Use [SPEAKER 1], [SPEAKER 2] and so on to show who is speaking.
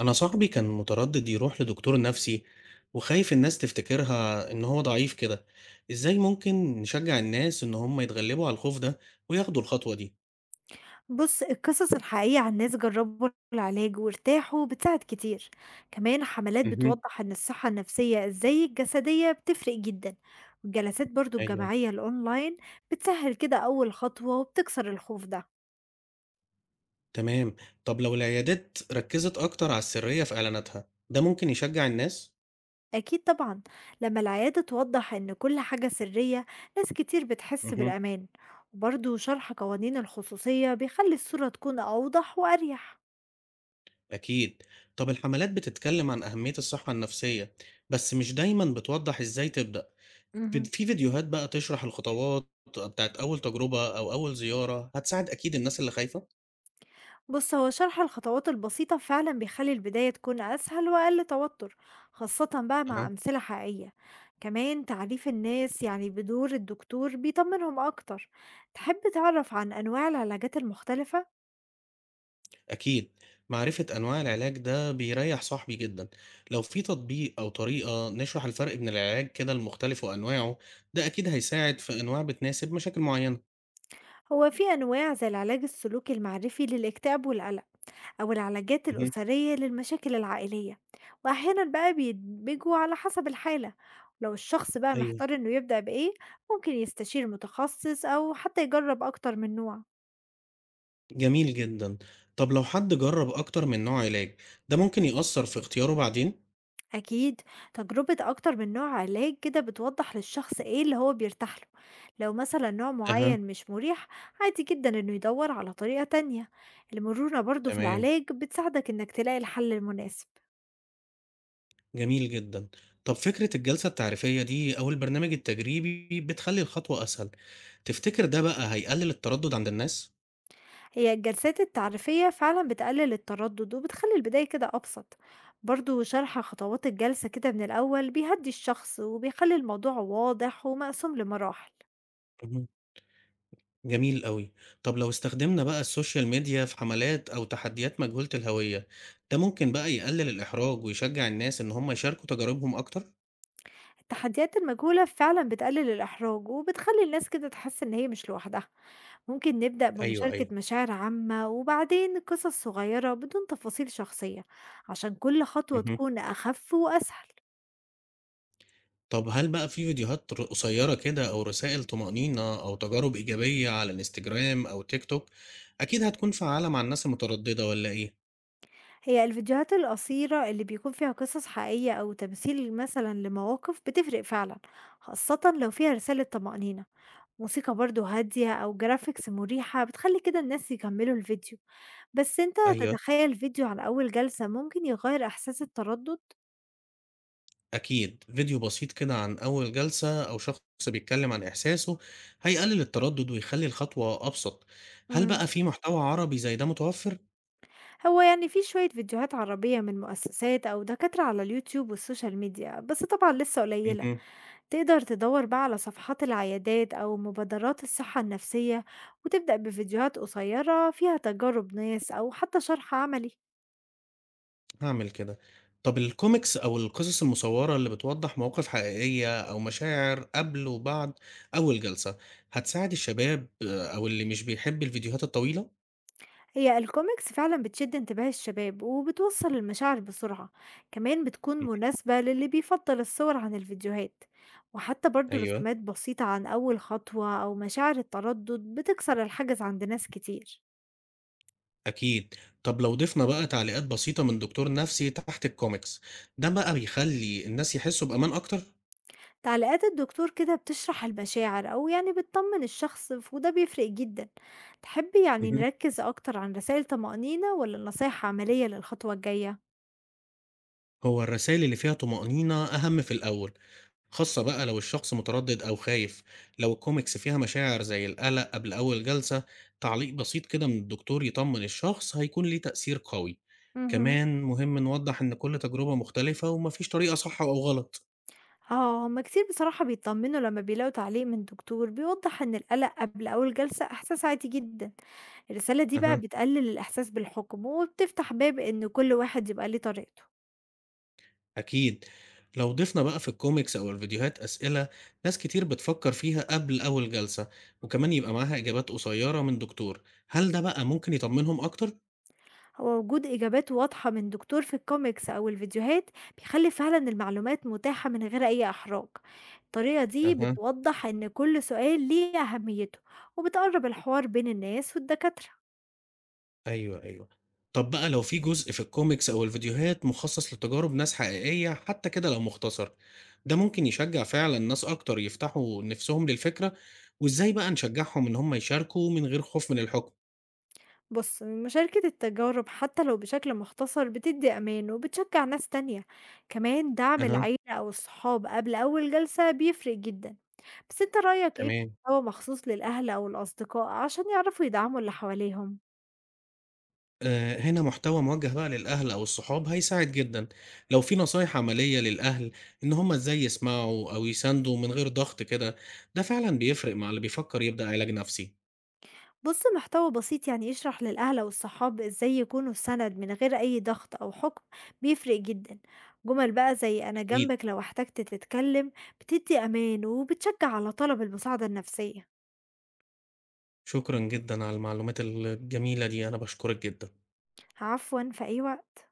[SPEAKER 1] أنا صاحبي كان متردد يروح لدكتور نفسي وخايف الناس تفتكرها إن هو ضعيف كده، إزاي ممكن نشجع الناس إن هم يتغلبوا على الخوف ده وياخدوا الخطوة دي؟
[SPEAKER 2] بص، القصص الحقيقية عن ناس جربوا العلاج وارتاحوا بتساعد كتير. كمان حملات
[SPEAKER 1] مهم.
[SPEAKER 2] بتوضح ان الصحة النفسية زي الجسدية بتفرق جدا. والجلسات برضو
[SPEAKER 1] أيوه،
[SPEAKER 2] الجماعية الأونلاين بتسهل كده أول خطوة وبتكسر الخوف ده.
[SPEAKER 1] تمام، طب لو العيادات ركزت أكتر على السرية في إعلاناتها، ده ممكن يشجع الناس؟
[SPEAKER 2] أكيد طبعا، لما العيادة توضح ان كل حاجة سرية ناس كتير بتحس
[SPEAKER 1] مهم.
[SPEAKER 2] بالأمان. وبرضو شرح قوانين الخصوصية بيخلي الصورة تكون أوضح وأريح.
[SPEAKER 1] أكيد، طب الحملات بتتكلم عن أهمية الصحة النفسية بس مش دايما بتوضح إزاي تبدأ، في
[SPEAKER 2] مهم.
[SPEAKER 1] في فيديوهات بقى تشرح الخطوات بتاعت أول تجربة أو أول زيارة هتساعد أكيد الناس اللي خايفة؟
[SPEAKER 2] بص، هو شرح الخطوات البسيطة فعلا بيخلي البداية تكون أسهل وأقل توتر، خاصة بقى مع
[SPEAKER 1] أها،
[SPEAKER 2] أمثلة حقيقية. كمان تعريف الناس يعني بدور الدكتور بيطمنهم أكتر. تحب تعرف عن أنواع العلاجات المختلفة؟
[SPEAKER 1] أكيد. معرفة أنواع العلاج ده بيريح صاحبي جدا، لو في تطبيق أو طريقة نشرح الفرق بين العلاج كده المختلف وأنواعه ده أكيد هيساعد في أنواع بتناسب مشاكل معينة.
[SPEAKER 2] هو في أنواع زي العلاج السلوكي المعرفي للاكتئاب والقلق، أو العلاجات
[SPEAKER 1] مهم.
[SPEAKER 2] الأسرية للمشاكل العائلية. وأحيانا بقى بيدمجوا على حسب الحالة. لو الشخص بقى
[SPEAKER 1] أيوه.
[SPEAKER 2] محتار إنه يبدأ بإيه ممكن يستشير متخصص أو حتى يجرب أكتر من نوع.
[SPEAKER 1] جميل جدا. طب لو حد جرب أكتر من نوع علاج، ده ممكن يأثر في اختياره بعدين؟
[SPEAKER 2] أكيد، تجربة أكتر من نوع علاج كده بتوضح للشخص إيه اللي هو بيرتاح له. لو مثلا نوع
[SPEAKER 1] أها.
[SPEAKER 2] معين مش مريح عادي جدا إنه يدور على طريقة تانية. المرونة برضو في
[SPEAKER 1] تمام.
[SPEAKER 2] العلاج بتساعدك إنك تلاقي الحل المناسب.
[SPEAKER 1] جميل جدا. طب فكرة الجلسة التعريفية دي أو البرنامج التجريبي بتخلي الخطوة أسهل، تفتكر ده بقى هيقلل التردد عند الناس؟
[SPEAKER 2] هي الجلسات التعريفية فعلا بتقلل التردد وبتخلي البداية كده أبسط. برضو شرح خطوات الجلسة كده من الأول بيهدي الشخص وبيخلي الموضوع واضح ومقسوم لمراحل.
[SPEAKER 1] جميل أوي. طب لو استخدمنا بقى السوشيال ميديا في حملات أو تحديات مجهولة الهوية، ده ممكن بقى يقلل الإحراج ويشجع الناس إن هم يشاركوا تجاربهم أكتر؟
[SPEAKER 2] التحديات المجهولة فعلا بتقلل الإحراج وبتخلي الناس كده تحس إن هي مش لوحدها. ممكن نبدأ
[SPEAKER 1] ايوه،
[SPEAKER 2] بمشاركة
[SPEAKER 1] ايوه.
[SPEAKER 2] مشاعر عامة وبعدين قصص صغيرة بدون تفاصيل شخصية، عشان كل خطوة
[SPEAKER 1] مهم.
[SPEAKER 2] تكون أخف وأسهل.
[SPEAKER 1] طب هل بقى في فيديوهات قصيرة كده أو رسائل طمأنينة أو تجارب إيجابية على الانستجرام أو تيك توك؟ أكيد هتكون فعالة مع الناس المترددة ولا إيه؟
[SPEAKER 2] هي الفيديوهات القصيرة اللي بيكون فيها قصص حقيقية أو تمثيل مثلا لمواقف بتفرق فعلا، خاصة لو فيها رسالة طمأنينة. موسيقى برضه هادية أو graphics مُريحة بتخلّي كده الناس يكمّلوا الفيديو. بس أنت
[SPEAKER 1] أيوه،
[SPEAKER 2] تتخيّل فيديو على أول جلسة ممكن يغيّر إحساس التردُّد؟
[SPEAKER 1] أكيد فيديو بسيط كده عن أول جلسة أو شخص بيتكلم عن إحساسه هيقلل التردد ويخلي الخطوة أبسط. هل
[SPEAKER 2] إمم.
[SPEAKER 1] بقى في محتوى عربي زي ده متوفر؟
[SPEAKER 2] هو يعني في شوية فيديوهات عربية من مؤسسات أو دكاترة على اليوتيوب والسوشيال ميديا، بس طبعًا لسه قليّلة.
[SPEAKER 1] مهم.
[SPEAKER 2] تقدر تدوّر بقى على صفحات العيادات أو مبادرات الصحة النفسية، وتبدأ بفيديوهات قصيّرة فيها تجارب ناس أو حتى شرح عملي.
[SPEAKER 1] هعمل كده. طب الكوميكس أو القصص المصورة اللي بتوضح مواقف حقيقية أو مشاعر قبل وبعد أول جلسة هتساعد الشباب آه، أو اللي مش بيحب الفيديوهات الطويلة؟
[SPEAKER 2] هي الكوميكس فعلا بتشد انتباه الشباب وبتوصل المشاعر بسرعة. كمان بتكون
[SPEAKER 1] مهم.
[SPEAKER 2] مناسبة للي بيفضل الصور عن الفيديوهات. وحتى برضو
[SPEAKER 1] أيوه،
[SPEAKER 2] رسومات بسيطة عن أول خطوة أو مشاعر التردد بتكسر الحاجز عند ناس كتير.
[SPEAKER 1] أكيد. طب لو ضفنا بقى تعليقات بسيطة من دكتور نفسي تحت الكوميكس، ده بقى بيخلي الناس يحسوا بأمان أكتر؟
[SPEAKER 2] تعليقات الدكتور كده بتشرح المشاعر أو يعني بتطمن الشخص وده بيفرق جدا. تحبي يعني
[SPEAKER 1] اهم.
[SPEAKER 2] نركز أكتر عن رسائل طمأنينة ولا نصايح عملية للخطوة الجاية؟
[SPEAKER 1] هو الرسايل اللي فيها طمأنينة أهم في الأول، خاصة بقى لو الشخص متردد أو خايف، لو الكوميكس فيها مشاعر زي القلق قبل أول جلسة، تعليق بسيط كده من الدكتور يطمن الشخص هيكون ليه تأثير قوي،
[SPEAKER 2] مهم.
[SPEAKER 1] كمان مهم نوضح إن كل تجربة مختلفة ومفيش طريقة صح أو غلط.
[SPEAKER 2] آه، هما كتير بصراحة بيطمنوا لما بيلاقوا تعليق من دكتور بيوضح إن القلق قبل أول جلسة إحساس عادي جدا. الرسالة دي بقى
[SPEAKER 1] أها.
[SPEAKER 2] بتقلل الإحساس بالحكم وبتفتح باب إن كل واحد يبقى ليه طريقته.
[SPEAKER 1] أكيد، لو ضفنا بقى في الكوميكس أو الفيديوهات أسئلة ناس كتير بتفكر فيها قبل أول جلسة، وكمان يبقى معاها إجابات قصيرة من دكتور، هل ده بقى ممكن يطمنهم أكتر؟
[SPEAKER 2] هو وجود إجابات واضحة من دكتور في الكوميكس أو الفيديوهات بيخلي فعلا المعلومات متاحة من غير أي إحراج. الطريقة دي
[SPEAKER 1] أها.
[SPEAKER 2] بتوضح إن كل سؤال ليه أهميته، وبتقرب الحوار بين الناس والدكاترة.
[SPEAKER 1] أيوه، أيوه. طَب بقى لو في جزء في الcomics أو الفيديوهات مخصص لتجارب ناس حقيقية حتى كده لو مختصر، ده ممكن يشجّع فعلًا ناس أكتر يفتحوا نِفْسهم للفكرة، وإزاي بقى نشجّعهم إن هم يشاركوا من غير خوف من الحُكم؟
[SPEAKER 2] بُص، مشاركة التجارب حتى لو بشكل مختصر بتدّي أمان وبتشجّع ناس تانية. كمان دعم
[SPEAKER 1] أها،
[SPEAKER 2] العيلة أو الصحاب قبل أول جلسة بيفرق جدًا. بس أنت رأيك إيه في
[SPEAKER 1] تمام.
[SPEAKER 2] محتوى مخصوص للأهل أو الأصدقاء عشان يعرفوا يدعموا اللي حواليهم؟
[SPEAKER 1] هنا محتوى موجّه بقى للأهل أو الصحاب هيساعد جدًا، لو في نصايح عملية للأهل إن هم إزاي يسمعوا أو يساندوا من غير ضغط كده، ده فعلًا بيفرق مع اللي بيفكّر يبدأ علاج نَفْسي،
[SPEAKER 2] بُص، محتوى بسيط يعني يشرح للأهل أو الصحاب إزاي يكونوا سند من غير أي ضغط أو حكم بيفرق جدًا. جمل بقى زي أنا
[SPEAKER 1] أكيد.
[SPEAKER 2] جنبك لو احتجت تتكلم بتدّي أمان وبتشجّع على طلب المساعدة النفسية.
[SPEAKER 1] شكرًا جدًا على المعلومات الجميلة دي، أنا باشكرِك جدًا.
[SPEAKER 2] عفوًا، في أي وقت.